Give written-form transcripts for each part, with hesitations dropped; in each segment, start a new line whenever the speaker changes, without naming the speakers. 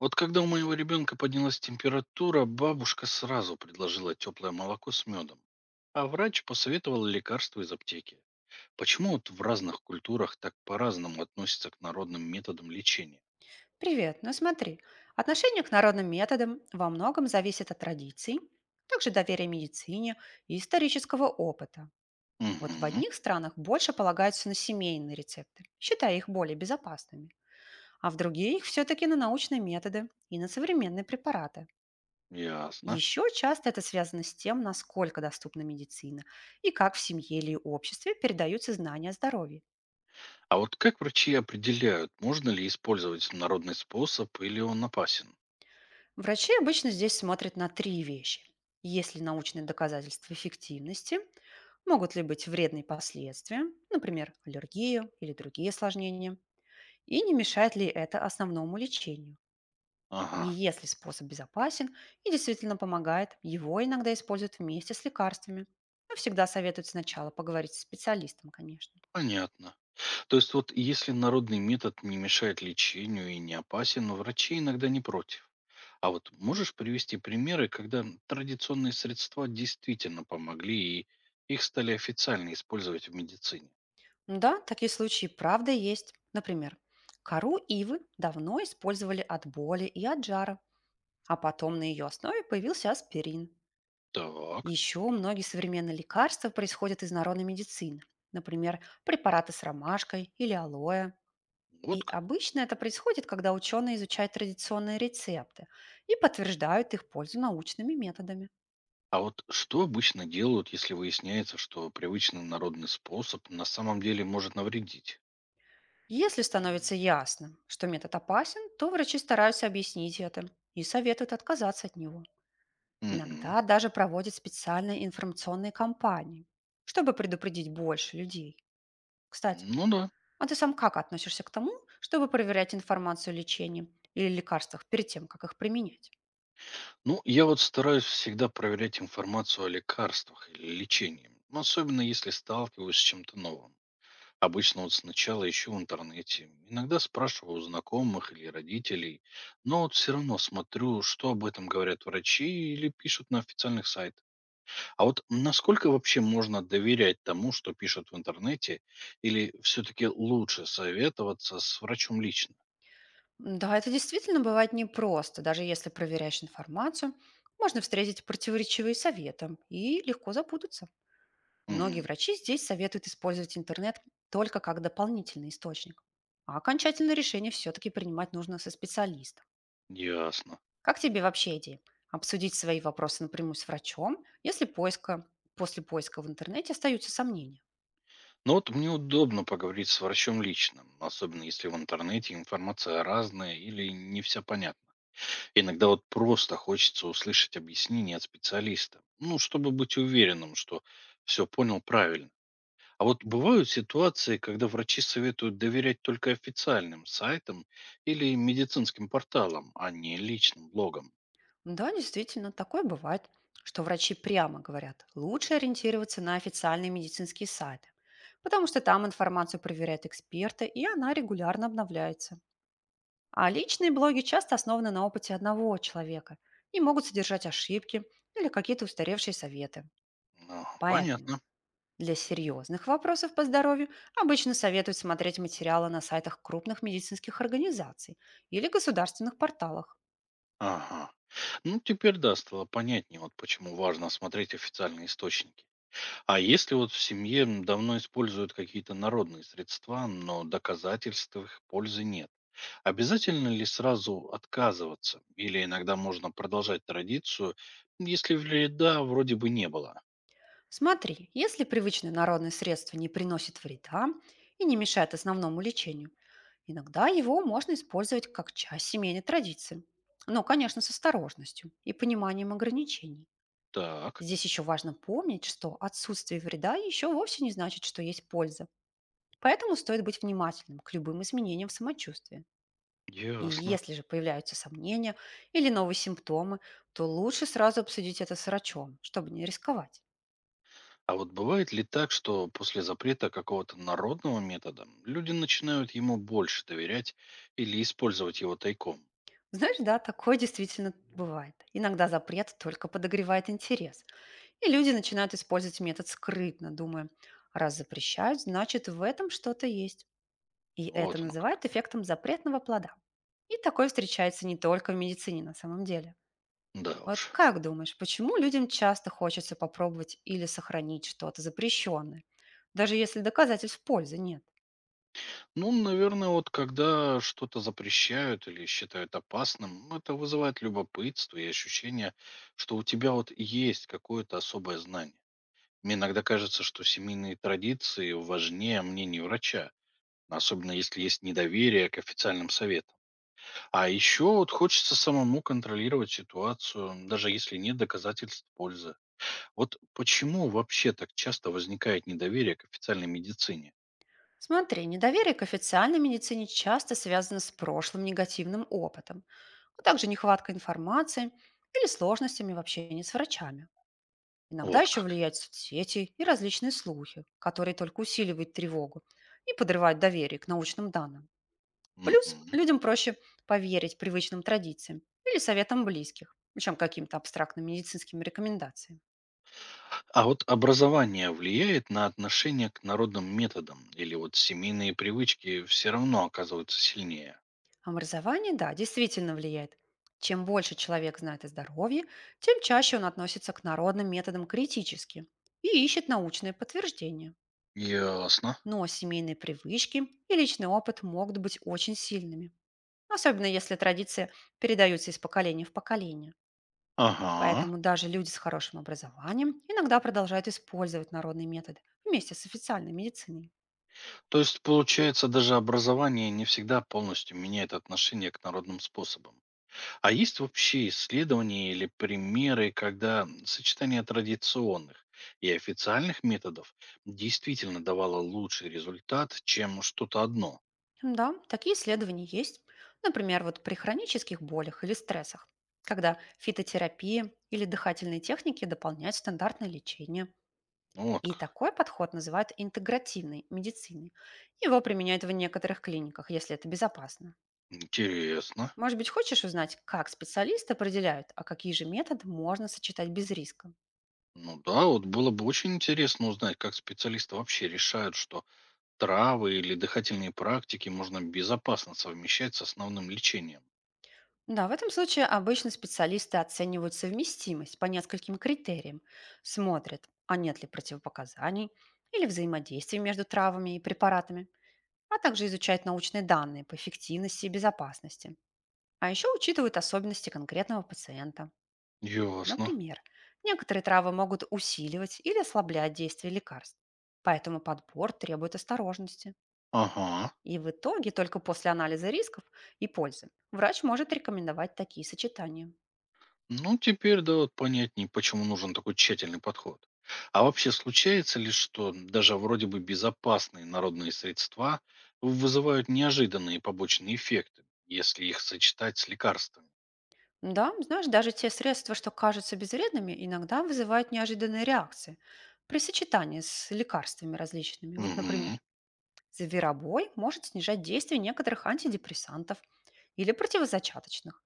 Вот когда у моего ребенка поднялась температура, бабушка сразу предложила теплое молоко с медом, а врач посоветовал лекарства из аптеки. Почему вот в разных культурах так по-разному относятся к народным методам лечения?
Привет. Ну смотри, отношение к народным методам во многом зависит от традиций, также доверия медицине и исторического опыта. Вот в
Угу,
одних странах больше полагаются на семейные рецепты, считая их более безопасными, а в других все-таки на научные методы и на современные препараты.
ясно.
Еще часто это связано с тем, насколько доступна медицина и как в семье или обществе передаются знания о здоровье.
А вот как врачи определяют, можно ли использовать народный способ или он опасен?
Врачи обычно здесь смотрят на три вещи. Есть ли научные доказательства эффективности, могут ли быть вредные последствия, например, аллергия или другие осложнения, и не мешает ли это основному лечению. И
Ага,
если способ безопасен и действительно помогает, его иногда используют вместе с лекарствами. Но всегда советуют сначала поговорить с специалистом, конечно.
понятно. То есть вот если народный метод не мешает лечению и не опасен, врачи иногда не против. А вот можешь привести примеры, когда традиционные средства действительно помогли и их стали официально использовать в медицине?
Да, такие случаи правда есть. Например, кору ивы давно использовали от боли и от жара, а потом на ее основе появился аспирин.
Так,
Еще многие современные лекарства происходят из народной медицины, например, препараты с ромашкой или алоэ. И
вот как.
обычно это происходит, когда ученые изучают традиционные рецепты и подтверждают их пользу научными методами.
А вот что обычно делают, если выясняется, что привычный народный способ на самом деле может навредить?
Если становится ясно, что метод опасен, то врачи стараются объяснить это и советуют отказаться от него.
Мгм.
Иногда даже проводят специальные информационные кампании, чтобы предупредить больше людей. Кстати,
Ну да.
а ты сам как относишься к тому, чтобы проверять информацию о лечении или лекарствах перед тем, как их применять?
Ну, я вот стараюсь всегда проверять информацию о лекарствах или лечении, ну, особенно если сталкиваюсь с чем-то новым. Обычно вот сначала ищу в интернете, иногда спрашиваю у знакомых или родителей, но вот все равно смотрю, что об этом говорят врачи или пишут на официальных сайтах. А вот насколько вообще можно доверять тому, что пишут в интернете, или все-таки лучше советоваться с врачом лично?
Да, это действительно бывает непросто. Даже если проверяешь информацию, можно встретить противоречивые советы и легко запутаться. Многие
Мгм.
врачи здесь советуют использовать интернет только как дополнительный источник. А окончательное решение все-таки принимать нужно со специалистом.
Ясно.
Как тебе вообще идея? Обсудить свои вопросы напрямую с врачом, если после поиска в интернете остаются сомнения?
Но вот мне удобно поговорить с врачом лично, особенно если в интернете информация разная или не вся понятна. Иногда вот просто хочется услышать объяснение от специалиста, ну, чтобы быть уверенным, что все понял правильно. А вот бывают ситуации, когда врачи советуют доверять только официальным сайтам или медицинским порталам, а не личным блогам.
Да, действительно, такое бывает, что врачи прямо говорят, лучше ориентироваться на официальные медицинские сайты, потому что там информацию проверяют эксперты, и она регулярно обновляется. А личные блоги часто основаны на опыте одного человека и могут содержать ошибки или какие-то устаревшие советы.
Ну,
Поэтому
понятно.
для серьезных вопросов по здоровью обычно советуют смотреть материалы на сайтах крупных медицинских организаций или государственных порталах.
Ага. Ну, теперь да, стало понятнее, вот почему важно смотреть официальные источники. А если вот в семье давно используют какие-то народные средства, но доказательств их пользы нет? Обязательно ли сразу отказываться? Или иногда можно продолжать традицию, если вреда вроде бы не было?
Смотри, если привычное народное средство не приносит вреда и не мешает основному лечению, иногда его можно использовать как часть семейной традиции. Но, конечно, с осторожностью и пониманием ограничений.
Так,
Здесь еще важно помнить, что отсутствие вреда еще вовсе не значит, что есть польза. Поэтому стоит быть внимательным к любым изменениям в самочувствии. И
ясно.
если же появляются сомнения или новые симптомы, то лучше сразу обсудить это с врачом, чтобы не рисковать.
А вот бывает ли так, что после запрета какого-то народного метода люди начинают ему больше доверять или использовать его тайком?
Знаешь, да, такое действительно бывает. Иногда запрет только подогревает интерес. И люди начинают использовать метод скрытно, думая, раз запрещают, значит в этом что-то есть. И это
Вот оно как.
называют эффектом запретного плода. И такое встречается не только в медицине на самом деле.
Да
Вот
уж.
как думаешь, почему людям часто хочется попробовать или сохранить что-то запрещенное, даже если доказательств пользы нет?
Ну, наверное, вот когда что-то запрещают или считают опасным, это вызывает любопытство и ощущение, что у тебя вот есть какое-то особое знание. Мне иногда кажется, что семейные традиции важнее мнения врача, особенно если есть недоверие к официальным советам. А еще вот хочется самому контролировать ситуацию, даже если нет доказательств пользы. Вот почему вообще так часто возникает недоверие к официальной медицине?
Смотри, недоверие к официальной медицине часто связано с прошлым негативным опытом, а также нехваткой информации или сложностями в общении с врачами. Иногда
Вот
еще
как.
влияют соцсети и различные слухи, которые только усиливают тревогу и подрывают доверие к научным данным. Плюс
Мгм.
людям проще поверить привычным традициям или советам близких, чем каким-то абстрактным медицинским рекомендациям.
А вот образование влияет на отношение к народным методам или вот семейные привычки все равно оказываются сильнее?
Образование, да, действительно влияет. Чем больше человек знает о здоровье, тем чаще он относится к народным методам критически и ищет научные подтверждения.
Ясно.
Но семейные привычки и личный опыт могут быть очень сильными, особенно если традиции передаются из поколения в поколение.
Ага.
Поэтому даже люди с хорошим образованием иногда продолжают использовать народные методы вместе с официальной медициной.
То есть, получается, даже образование не всегда полностью меняет отношение к народным способам. А есть вообще исследования или примеры, когда сочетание традиционных и официальных методов действительно давало лучший результат, чем что-то одно?
Да, такие исследования есть. Например, вот при хронических болях или стрессах, когда фитотерапия или дыхательные техники дополняют стандартное лечение.
Ну вот
И
как.
такой подход называют интегративной медициной. Его применяют в некоторых клиниках, если это безопасно.
Интересно.
Может быть, хочешь узнать, как специалисты определяют, а какие же методы можно сочетать без риска?
Ну да, вот было бы очень интересно узнать, как специалисты вообще решают, что травы или дыхательные практики можно безопасно совмещать с основным лечением.
Да, в этом случае обычно специалисты оценивают совместимость по нескольким критериям. Смотрят, а нет ли противопоказаний или взаимодействий между травами и препаратами, а также изучают научные данные по эффективности и безопасности. А еще учитывают особенности конкретного пациента.
Ясно.
Например, некоторые травы могут усиливать или ослаблять действие лекарств. Поэтому подбор требует осторожности.
Ага.
И в итоге только после анализа рисков и пользы врач может рекомендовать такие сочетания.
Ну, теперь, да, вот понятнее, почему нужен такой тщательный подход. А вообще случается ли, что даже вроде бы безопасные народные средства вызывают неожиданные побочные эффекты, если их сочетать с лекарствами?
Да, знаешь, даже те средства, что кажутся безвредными, иногда вызывают неожиданные реакции при сочетании с лекарствами различными. Вот,
Угу,
например, зверобой может снижать действие некоторых антидепрессантов или противозачаточных,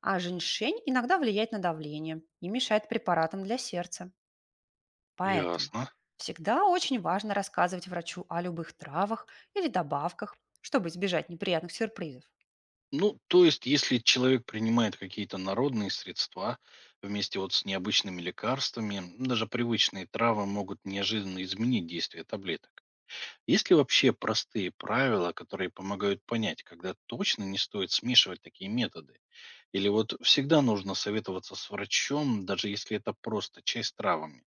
а женьшень иногда влияет на давление и мешает препаратам для сердца. Поэтому
ясно.
всегда очень важно рассказывать врачу о любых травах или добавках, чтобы избежать неприятных сюрпризов.
Ну, то есть, если человек принимает какие-то народные средства вместе вот с необычными лекарствами, даже привычные травы могут неожиданно изменить действие таблеток. Есть ли вообще простые правила, которые помогают понять, когда точно не стоит смешивать такие методы? Или вот всегда нужно советоваться с врачом, даже если это просто чай с травами?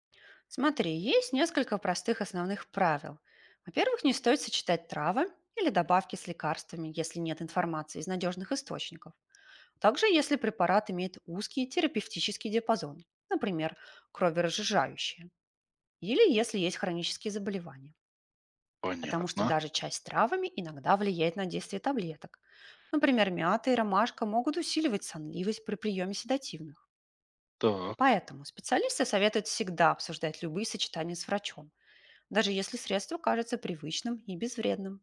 Смотри, есть несколько простых основных правил. Во-первых, не стоит сочетать травы или добавки с лекарствами, если нет информации из надежных источников. Также, если препарат имеет узкий терапевтический диапазон, например, кроверазжижающие, или если есть хронические заболевания, потому что
Понятно.
даже чай с травами иногда влияет на действие таблеток. Например, мята и ромашка могут усиливать сонливость при приеме седативных.
Так.
Поэтому специалисты советуют всегда обсуждать любые сочетания с врачом, даже если средство кажется привычным и безвредным.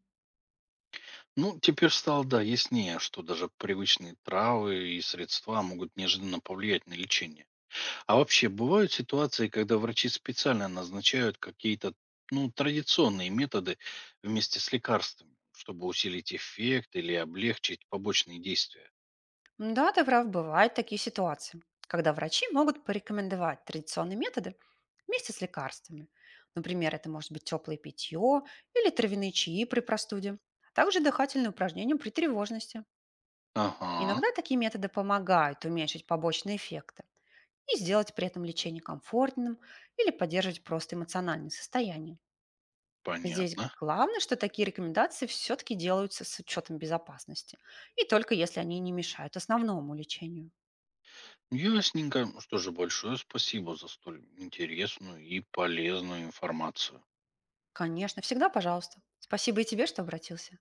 Ну, теперь стало, да, яснее, что даже привычные травы и средства могут неожиданно повлиять на лечение. А вообще бывают ситуации, когда врачи специально назначают какие-то ну, традиционные методы вместе с лекарствами, чтобы усилить эффект или облегчить побочные действия.
Да, ты прав, бывают такие ситуации, когда врачи могут порекомендовать традиционные методы вместе с лекарствами. Например, это может быть теплое питье или травяные чаи при простуде, а также дыхательные упражнения при тревожности.
Ага,
Иногда такие методы помогают уменьшить побочные эффекты и сделать при этом лечение комфортным или поддерживать просто эмоциональное состояние. Здесь
понятно.
главное, что такие рекомендации все-таки делаются с учетом безопасности. И только если они не мешают основному лечению.
Ясненько. Ну что же, большое спасибо за столь интересную и полезную информацию.
Конечно, всегда пожалуйста. Спасибо и тебе, что обратился.